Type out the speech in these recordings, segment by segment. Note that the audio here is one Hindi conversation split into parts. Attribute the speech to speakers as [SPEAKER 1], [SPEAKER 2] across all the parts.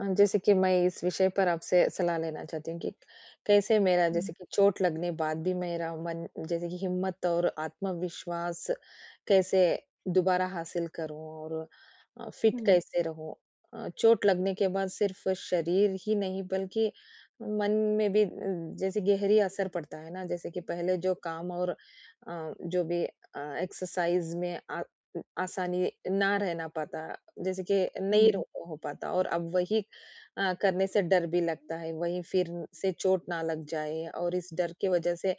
[SPEAKER 1] जैसे कि मैं इस विषय पर आपसे सलाह लेना चाहती हूँ कि कैसे मेरा
[SPEAKER 2] हुँ,
[SPEAKER 1] जैसे कि चोट लगने बाद भी मेरा मन जैसे कि हिम्मत और आत्मविश्वास कैसे दोबारा हासिल करूँ और फिट
[SPEAKER 2] हुँ,
[SPEAKER 1] कैसे रहूँ? चोट लगने के बाद सिर्फ शरीर ही नहीं बल्कि मन में भी जैसे गहरी असर पड़ता है ना, जैसे कि पहले जो काम और जो भी एक्सरसाइज़ में आ आसानी ना रहना पाता, जैसे कि नहीं
[SPEAKER 2] हुँ,
[SPEAKER 1] रो हो पाता और अब वही करने से डर भी लगता है, वहीं फिर से चोट ना लग जाए और इस डर की वजह से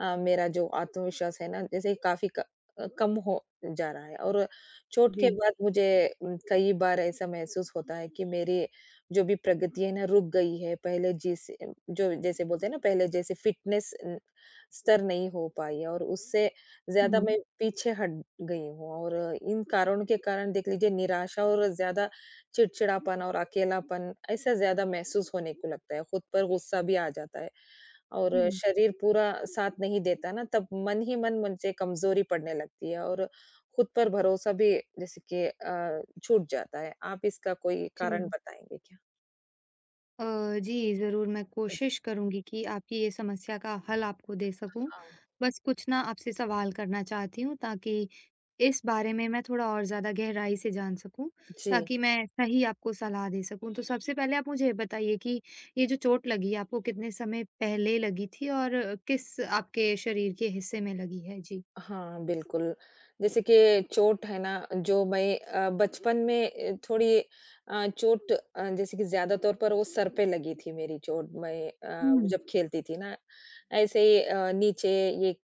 [SPEAKER 1] मेरा जो आत्मविश्वास है ना, जैसे काफ़ी कम हो जा रहा है और चोट के
[SPEAKER 2] जी।
[SPEAKER 1] बाद मुझे कई बार ऐसा महसूस होता है कि मेरी जो भी प्रगति है ना, रुक गई है। पहले जिस जो जैसे बोलते हैं ना, पहले जैसे फिटनेस स्तर नहीं हो पाई है और उससे ज़्यादा
[SPEAKER 2] हुँ,
[SPEAKER 1] मैं पीछे हट गई हूँ और इन कारणों के कारण देख लीजिए निराशा और ज़्यादा चिड़चिड़ापन और अकेलापन ऐसा ज़्यादा महसूस होने को लगता है, खुद पर गुस्सा भी आ जाता है और
[SPEAKER 2] हुँ,
[SPEAKER 1] शरीर पूरा साथ नहीं देता ना, तब मन ही मन मुझे कमज़ोरी पड़ने लगती है और खुद पर भरोसा भी जैसे कि छूट जाता है। आप इसका कोई
[SPEAKER 2] जी।
[SPEAKER 1] कारण बताएँगे क्या?
[SPEAKER 2] अ, जी, ज़रूर मैं
[SPEAKER 1] उ,
[SPEAKER 2] कोशिश करूँगी कि आपकी ये समस्या का हल आपको दे सकूँ।
[SPEAKER 1] हाँ।
[SPEAKER 2] बस कुछ ना आपसे सवाल करना चाहती हूँ ताकि इस बारे में मैं थोड़ा और ज़्यादा गहराई से जान सकूँ,
[SPEAKER 1] जी।
[SPEAKER 2] ताकि मैं सही आपको सलाह दे सकूँ। तो सबसे पहले आप मुझे ये बताइए कि ये जो चोट लगी आपको कितने समय पहले लगी थी और किस आपके शरीर के हिस्से में लगी है? जी।
[SPEAKER 1] हाँ, बिल्कुल। जैसे कि चोट है ना, जो मैं बचपन में थोड़ी जैसे कि ज़्यादा तौर पर वो सर पे लगी थी मेरी चोट। मैं
[SPEAKER 2] हुँ।
[SPEAKER 1] जब खेलती थी ना, ऐसे ही नीचे ये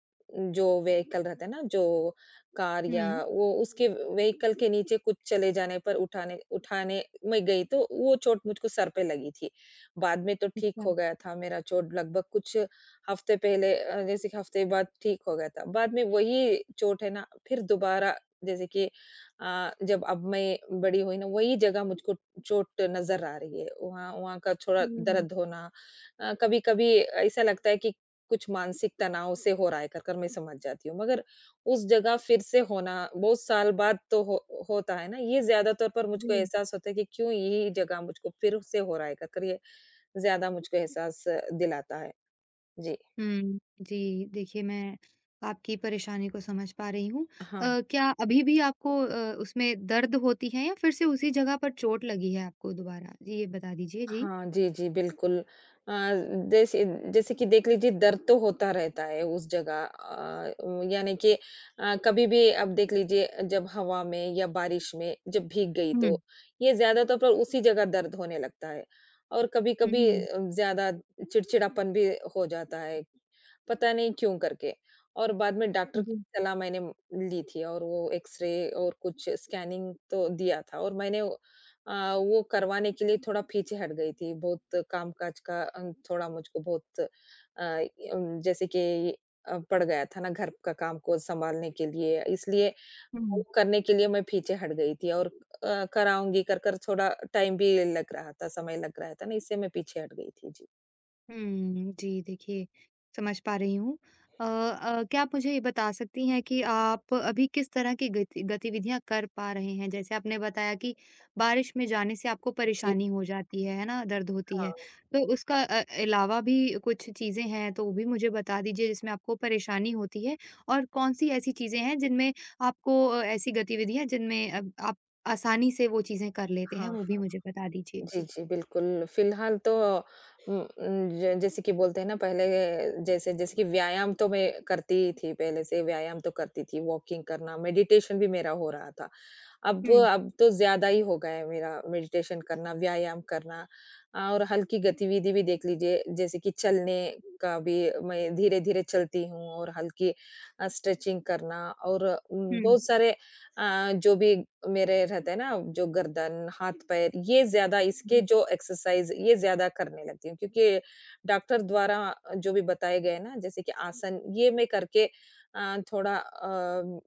[SPEAKER 1] जो व्हीकल रहता है ना, जो कार या
[SPEAKER 2] हुँ।
[SPEAKER 1] वो उसके व्हीकल के नीचे कुछ चले जाने पर उठाने उठाने मैं गई, तो वो चोट मुझको सर पे लगी थी। बाद में तो ठीक
[SPEAKER 2] अच्छा।
[SPEAKER 1] हो गया था मेरा चोट लगभग कुछ हफ्ते पहले अ, जैसे कि हफ्ते बाद ठीक हो गया था। बाद में वही चोट है ना, फिर दोबारा जैसे कि जब अब मैं बड़ी हुई ना, वही जगह मुझको चोट नज़र आ रही है। वहाँ वहाँ का थोड़ा
[SPEAKER 2] हुँ,
[SPEAKER 1] दर्द होना कभी-कभी ऐसा लगता है कि कुछ मानसिक तनाव से हो रहा है, कर-कर मैं समझ जाती हूँ। मगर उस जगह फिर से होना, बहुत साल बाद तो हो होता है ना, ये ज़्यादा तौर पर मुझको
[SPEAKER 2] जी।
[SPEAKER 1] एहसास होता है कि क्यों यही जगह मुझको फिर से हो रहा है, कर-कर ये ज़्यादा मुझको एहसास दिलाता है। जी।
[SPEAKER 2] हुँ। जी, देखिए मैं आपकी परेशानी को समझ पा रही हूँ।
[SPEAKER 1] हाँ।
[SPEAKER 2] क्या अभी भी आपको उसमें दर्द होती है या फिर से उसी जगह पर चोट लगी है आपको दोबारा? जी, ये बता दीजिए। जी।
[SPEAKER 1] हाँ, जी, जी, बिल्कुल। अ, जैसे जैसे कि देख लीजिए दर्द तो होता रहता है उस जगह वो यानी कि कभी भी आप देख लीजिए जब हवा में या बारिश में जब भीग गई तो
[SPEAKER 2] हुँ।
[SPEAKER 1] ये ज़्यादातर पर उसी जगह दर्द होने लगता है और
[SPEAKER 2] हुँ,
[SPEAKER 1] कभी-कभी
[SPEAKER 2] हुँ।
[SPEAKER 1] ज़्यादा चिड़चिड़ापन भी हो जाता है, पता नहीं क्यों करके। और बाद में डॉक्टर की
[SPEAKER 2] जी।
[SPEAKER 1] सलाह मैंने ली थी और वो एक्स-रे और कुछ स्कैनिंग तो दिया था और मैंने वो करवाने के लिए थोड़ा पीछे हट गई थी। बहुत काम-काज का थोड़ा मुझको बहुत जैसे कि पड़ गया था ना घर का काम को सँभालने के लिए, इसलिए
[SPEAKER 2] हुँ।
[SPEAKER 1] वो करने के लिए मैं पीछे हट गई थी और कराऊँगी कर-कर थोड़ा टाइम भी लग रहा था, समय लग रहा था ना इससे मैं पीछे हट गई थी। जी।
[SPEAKER 2] हुँ, जी देखिए, समझ पा रही हूँ। क्या आप मुझे ये बता सकती हैं कि आप अभी किस तरह की गतिविधियाँ कर पा रहे हैं? जैसे आपने बताया कि बारिश में जाने से आपको
[SPEAKER 1] जी,
[SPEAKER 2] परेशानी हो जाती है ना? दर्द होती है।
[SPEAKER 1] हाँ,
[SPEAKER 2] तो उसका अलावा भी कुछ चीज़ें हैं तो वो भी मुझे बता दीजिए जिसमें आपको परेशानी होती है और कौन-सी ऐसी चीज़ें हैं जिनमें आपको ऐसी गतिविधियाँ जिनमें अब आप आसानी से वो चीज़ें कर लेते हैं,
[SPEAKER 1] हाँ।
[SPEAKER 2] वो भी मुझे बता दीजिए?
[SPEAKER 1] जी,
[SPEAKER 2] जी।
[SPEAKER 1] जी, बिल्कुल। फ़िलहाल तो उम उम, ज जैसे कि बोलते हैं ना पहले जैसे जैसे कि व्यायाम तो मैं करती ही थी, पहले से व्यायाम तो करती थी, वॉकिंग करना, मेडिटेशन भी मेरा हो रहा था। अब
[SPEAKER 2] हुँ,
[SPEAKER 1] अब तो ज़्यादा ही हो गया है मेरा मेडिटेशन करना, व्यायाम करना और हल्की गतिविधि भी देख लीजिए, जैसे कि चलने का भी मैं धीरे-धीरे चलती हूँ और हल्की स्ट्रेचिंग करना और
[SPEAKER 2] हुँ।
[SPEAKER 1] बहुत सारे जो भी मेरे रहते हैं ना, जो गर्दन, हाथ-पैर, ये ज़्यादा इसके जो एक्सरसाइज़, ये ज़्यादा करने लगती हूँ क्योंकि डॉक्टर द्वारा जो भी बताए गए ना, जैसे कि आसन, ये मैं करके थोड़ा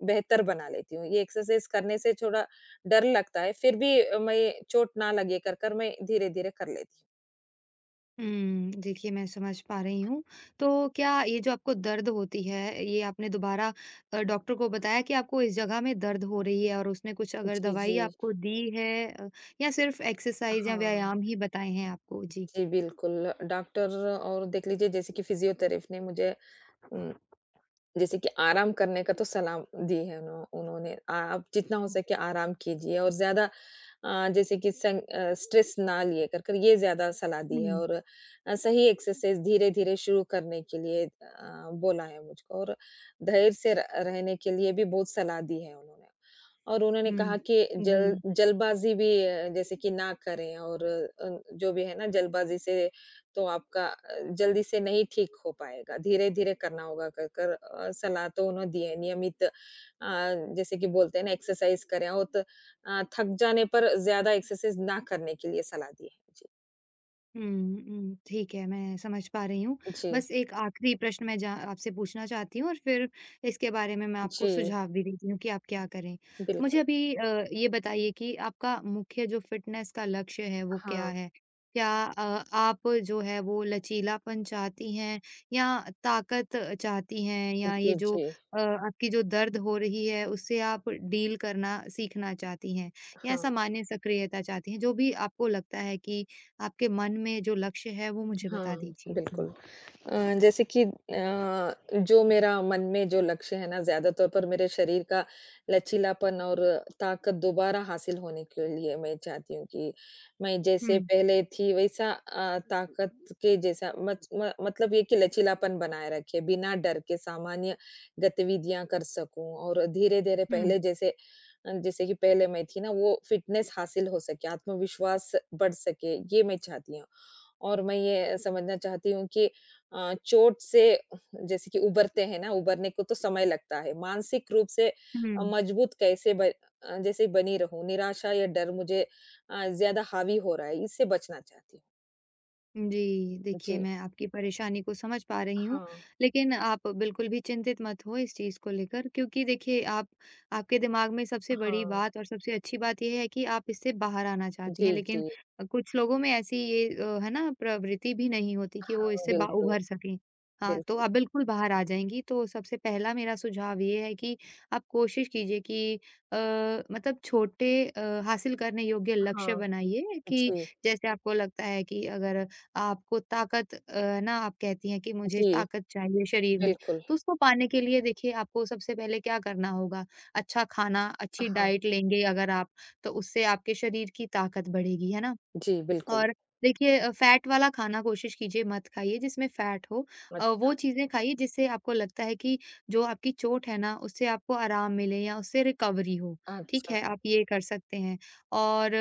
[SPEAKER 1] बेहतर बना लेती हूँ। ये एक्सरसाइज़ करने से थोड़ा डर लगता है, फिर भी मैं चोट ना लगे कर कर मैं धीरे-धीरे कर लेती
[SPEAKER 2] हुँ, देखिए मैं समझ पा रही हूँ। तो क्या ये जो आपको दर्द होती है, ये आपने दोबारा डॉक्टर को बताया कि आपको इस जगह में दर्द हो रही है और उसने कुछ
[SPEAKER 1] हूँ।
[SPEAKER 2] अगर
[SPEAKER 1] जी,
[SPEAKER 2] दवाई
[SPEAKER 1] जी।
[SPEAKER 2] आपको दी है अ, या सिर्फ़ एक्सरसाइज़ या
[SPEAKER 1] हाँ।
[SPEAKER 2] व्यायाम ही बताए हैं आपको? जी।
[SPEAKER 1] जी, बिल्कुल। डॉक्टर और देख लीजिए जैसे कि फिज़ियोथेरेपी ने मुझे उम जैसे कि आराम करने का तो सलाह दी है उन्होंने। आप जितना हो सके आराम कीजिए और ज़्यादा जैसे कि स्ट्रेस ना लिए कर कर ये ज़्यादा सलाह दी है
[SPEAKER 2] हुँ,
[SPEAKER 1] और सही एक्सरसाइज़ धीरे-धीरे शुरू करने के लिए बोला है मुझको और धैर्य से र रहने के लिए भी बहुत सलाह दी है उन्होंने। और उन्होंने
[SPEAKER 2] हुँ,
[SPEAKER 1] कहा कि जल
[SPEAKER 2] जी।
[SPEAKER 1] जल्दबाज़ी भी जैसे कि ना करें और जो भी है ना जल्दबाज़ी से तो आपका जल्दी से नहीं ठीक हो पाएगा, धीरे-धीरे करना होगा कर, कर सलाह तो उन्होंने दी है नियमित जैसे कि बोलते हैं ना एक्सरसाइज़ करें और थक जाने पर ज़्यादा एक्सरसाइज़ ना करने के लिए सलाह दी है। जी,
[SPEAKER 2] हुँ, हुँ, ठीक है, मैं समझ पा रही हूँ।
[SPEAKER 1] जी,
[SPEAKER 2] बस एक आखिरी प्रश्न मैं जा आपसे पूछना चाहती हूँ और फिर इसके बारे में मैं आपको
[SPEAKER 1] जी,
[SPEAKER 2] सुझाव भी देती हूँ कि आप क्या करें। मुझे
[SPEAKER 1] बिल्कुल।
[SPEAKER 2] अभी ये बताइए कि आपका मुख्य जो फ़िटनेस का लक्ष्य है, वो क्या
[SPEAKER 1] हाँ,
[SPEAKER 2] है? क्या आप जो है वो लचीलापन चाहती हैं या ताकत चाहती हैं या ये
[SPEAKER 1] जी,
[SPEAKER 2] जो
[SPEAKER 1] जी,
[SPEAKER 2] आपकी जो दर्द हो रही है, उससे आप डील करना सीखना चाहती हैं या
[SPEAKER 1] हाँ,
[SPEAKER 2] सामान्य सक्रियता चाहती हैं? जो भी आपको लगता है कि आपके मन में जो लक्ष्य है वो मुझे बता
[SPEAKER 1] हाँ,
[SPEAKER 2] दीजिए? जी।
[SPEAKER 1] बिल्कुल। जैसे कि जो मेरा मन में जो लक्ष्य है ना, ज़्यादा तौर पर मेरे शरीर का लचीलापन और ताकत दोबारा हासिल होने के लिए मैं चाहती हूँ कि मैं जैसे
[SPEAKER 2] हुँ।
[SPEAKER 1] पहले थी वैसा ताकत के जैसा मत म मतलब ये कि लचीलापन बनाए रखे, बिना डर के सामान्य गतिविधियाँ कर सकूँ और धीरे-धीरे
[SPEAKER 2] हुँ,
[SPEAKER 1] पहले जैसे जैसे कि पहले मैं थी ना, वो फ़िटनेस हासिल हो सके, आत्मविश्वास बढ़ सके, ये मैं चाहती हूँ। और मैं ये समझना चाहती हूँ कि चोट से जैसे कि उबरते हैं ना, उबरने को तो समय लगता है। मानसिक रूप से
[SPEAKER 2] हुँ, हुँ।
[SPEAKER 1] मजबूत कैसे ब अ, जैसे बनी रहूँ? निराशा या डर मुझे ज़्यादा हावी हो रहा है, इससे बचना चाहती हूँ।
[SPEAKER 2] जी, देखिए
[SPEAKER 1] जी।
[SPEAKER 2] मैं आपकी परेशानी को समझ पा रही हूँ,
[SPEAKER 1] हाँ,
[SPEAKER 2] लेकिन आप बिल्कुल भी चिंतित मत हो इस चीज़ को लेकर क्योंकि देखिए आप आपके दिमाग में सबसे बड़ी
[SPEAKER 1] हाँ।
[SPEAKER 2] बात और सबसे अच्छी बात ये है कि आप इससे बाहर आना चाहती हैं,
[SPEAKER 1] जी,
[SPEAKER 2] लेकिन
[SPEAKER 1] जी।
[SPEAKER 2] कुछ लोगों में ऐसी ये है ना प्रवृत्ति भी नहीं होती कि वो
[SPEAKER 1] हाँ,
[SPEAKER 2] इससे बा उभर सकें। हाँ, तो
[SPEAKER 1] बिल्कुल।
[SPEAKER 2] आप बिल्कुल बाहर आ जाएँगी, तो सबसे पहला मेरा सुझाव ये है कि आप कोशिश कीजिए कि अ, मतलब छोटे हासिल करने योग्य लक्ष्य
[SPEAKER 1] हाँ,
[SPEAKER 2] बनाइए कि
[SPEAKER 1] जी,
[SPEAKER 2] जैसे आपको लगता है कि अगर आपको ताकत अ, ना आप कहती हैं कि मुझे
[SPEAKER 1] जी,
[SPEAKER 2] ताकत चाहिए शरीर में,
[SPEAKER 1] बिल्कुल।
[SPEAKER 2] तो उसको पाने के लिए देखिए आपको सबसे पहले क्या करना होगा, अच्छा खाना, अच्छी
[SPEAKER 1] हाँ,
[SPEAKER 2] डाइट लेंगे अगर आप, तो उससे आपके शरीर की ताकत बढ़ेगी, है ना?
[SPEAKER 1] जी, बिल्कुल।
[SPEAKER 2] और देखिए फैट वाला खाना कोशिश कीजिए मत खाइए जिसमें फैट हो।
[SPEAKER 1] अच्छ
[SPEAKER 2] वो चीज़ें खाइए जिससे आपको लगता है कि जो आपकी चोट है ना, उससे आपको आराम मिले या उससे रिकवरी हो, ठीक
[SPEAKER 1] अच्छा,
[SPEAKER 2] है? आप ये कर सकते हैं। और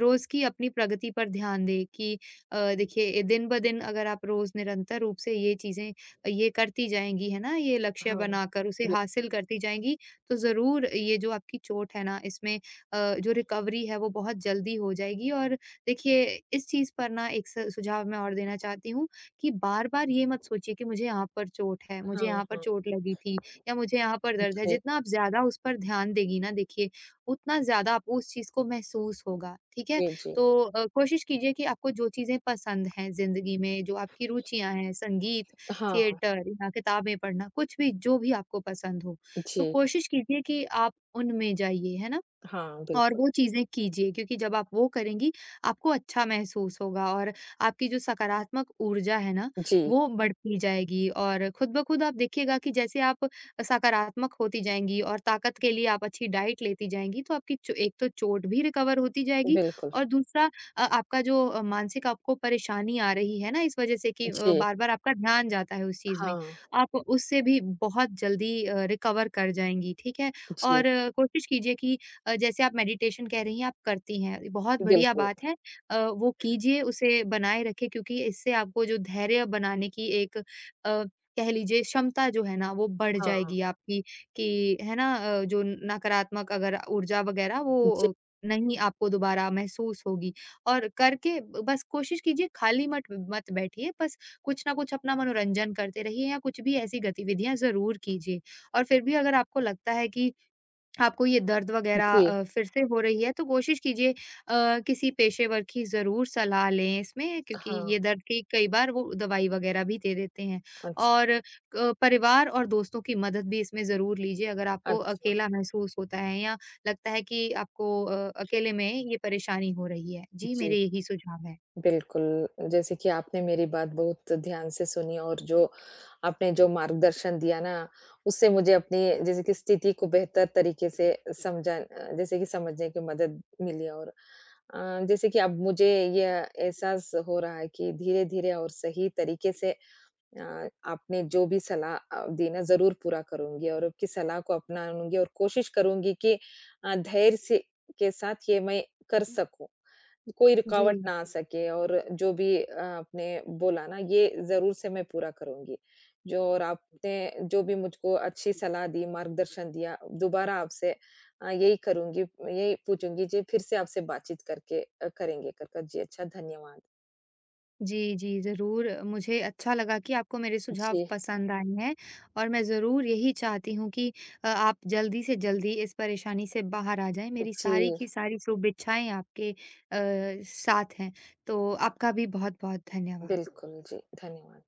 [SPEAKER 2] रोज़ की अपनी प्रगति पर ध्यान दें कि देखिए दिन-ब-दिन अगर आप रोज़ निरंतर रूप से ये करती जाएँगी, है ना? ये लक्ष्य
[SPEAKER 1] हाँ।
[SPEAKER 2] बनाकर उसे
[SPEAKER 1] बिल
[SPEAKER 2] हासिल करती जाएँगी, तो ज़रूर ये जो आपकी चोट है ना, इसमें जो रिकवरी है वो बहुत जल्दी हो जाएगी और देखिए इस चीज़ पर ना एक स सुझाव मैं और देना चाहती हूँ कि बार-बार ये मत सोचिए कि मुझे यहाँ पर चोट है, मुझे
[SPEAKER 1] हाँ,
[SPEAKER 2] यहाँ पर
[SPEAKER 1] हाँ।
[SPEAKER 2] चोट लगी थी या मुझे यहाँ पर दर्द है।
[SPEAKER 1] जी,
[SPEAKER 2] जितना आप ज़्यादा उस पर ध्यान देंगी ना देखिए, उतना ज़्यादा आपको उस चीज़ को महसूस होगा, ठीक है?
[SPEAKER 1] जी, जी।
[SPEAKER 2] तो कोशिश कीजिए कि आपको जो चीज़ें पसंद हैं ज़िंदगी में, जो आपकी रुचियाँ हैं, संगीत,
[SPEAKER 1] हाँ,
[SPEAKER 2] थिएटर या किताबें पढ़ना, कुछ भी जो भी आपको पसंद हो। तो
[SPEAKER 1] जी।
[SPEAKER 2] कोशिश कीजिए कि आप उनमें जाइए, है ना?
[SPEAKER 1] हाँ,
[SPEAKER 2] और
[SPEAKER 1] बिल्कुल।
[SPEAKER 2] वो चीज़ें कीजिए क्योंकि जब आप वो करेंगी, आपको अच्छा महसूस होगा और आपकी जो सकारात्मक ऊर्जा है ना,
[SPEAKER 1] जी,
[SPEAKER 2] वो बढ़ती जाएगी और खुद ब खुद आप देखिएगा कि जैसे आप सकारात्मक होती जाएँगी और ताकत के लिए आप अच्छी डाइट लेती जाएँगी, तो आपकी चो एक तो चोट भी रिकवर होती जाएगी
[SPEAKER 1] बिल्कुल।
[SPEAKER 2] और दूसरा आपका जो मानसिक आपको परेशानी आ रही है ना इस वज़ह से कि
[SPEAKER 1] जी,
[SPEAKER 2] बार-बार आपका ध्यान जाता है उस चीज़ में,
[SPEAKER 1] हाँ,
[SPEAKER 2] आप उससे भी बहुत जल्दी रिकवर कर जाएँगी, ठीक है?
[SPEAKER 1] जी,
[SPEAKER 2] और कोशिश कीजिए कि जैसे आप मेडिटेशन कह रही हैं आप करती हैं, बहुत बढ़िया
[SPEAKER 1] बिल्कुल,
[SPEAKER 2] बात है। वो कीजिए, उसे बनाए रखें क्योंकि इससे आपको जो धैर्य बनाने की एक कह लीजिए क्षमता जो है ना वो बढ़
[SPEAKER 1] हाँ,
[SPEAKER 2] जाएगी आपकी कि है ना जो नकारात्मक अगर ऊर्जा वग़ैरह वो
[SPEAKER 1] जी,
[SPEAKER 2] अ, नहीं आपको दोबारा महसूस होगी। और करके बस कोशिश कीजिए खाली मत मत बैठिए, बस कुछ ना कुछ अपना मनोरंजन करते रहिए या कुछ भी ऐसी गतिविधियाँ ज़रूर कीजिए। और फिर भी अगर आपको लगता है कि आपको ये दर्द वगैरह
[SPEAKER 1] जी,
[SPEAKER 2] फिर से हो रही है, तो कोशिश कीजिए किसी पेशेवर की ज़रूर सलाह लें इसमें क्योंकि
[SPEAKER 1] हाँ,
[SPEAKER 2] ये दर्द की कई बार वो दवाई वगैरह भी दे देते हैं।
[SPEAKER 1] अच्छ
[SPEAKER 2] और परिवार और दोस्तों की मदद भी इसमें ज़रूर लीजिए अगर आपको
[SPEAKER 1] अच्छा,
[SPEAKER 2] अकेला महसूस होता है या लगता है कि आपको अकेले में ये परेशानी हो रही है। जी, मेरे
[SPEAKER 1] जी,
[SPEAKER 2] यही सुझाव हैं।
[SPEAKER 1] बिल्कुल। जैसे कि आपने मेरी बात बहुत ध्यान से सुनी और जो आपने जो मार्गदर्शन दिया ना, उससे मुझे अपनी जैसे कि स्थिति को बेहतर तरीके से समझा अ, जैसे कि समझने की मदद मिली और जैसे कि अब मुझे यह एहसास हो रहा है कि धीरे-धीरे और सही तरीके से आपने जो भी सलाह दी ना ज़रूर पूरा करूँगी और आपकी सलाह को अपनाऊँगी और कोशिश करूँगी कि धैर्य से के साथ ये मैं कर सकूँ। कोई
[SPEAKER 2] जी।
[SPEAKER 1] रुकावट ना आ सके और जो भी आपने बोला ना ये ज़रूर से मैं पूरा करूँगी। जो और आपने जो भी मुझको अच्छी सलाह दी, मार्गदर्शन दिया, दोबारा आपसे यही करूँगी, यही पूछूँगी जी फिर से आपसे बातचीत करके करेंगे कर कर जी अच्छा धन्यवाद।
[SPEAKER 2] जी, जी, ज़रूर। मुझे अच्छा लगा कि आपको मेरे सुझाव
[SPEAKER 1] जी,
[SPEAKER 2] पसंद आए हैं और मैं ज़रूर यही चाहती हूँ कि आप जल्दी से जल्दी इस परेशानी से बाहर आ जाएँ। मेरी
[SPEAKER 1] जी,
[SPEAKER 2] सारी की सारी शुभेच्छाएँ आपके साथ हैं। तो आपका भी बहुत-बहुत धन्यवाद।
[SPEAKER 1] बिल्कुल जी, धन्यवाद।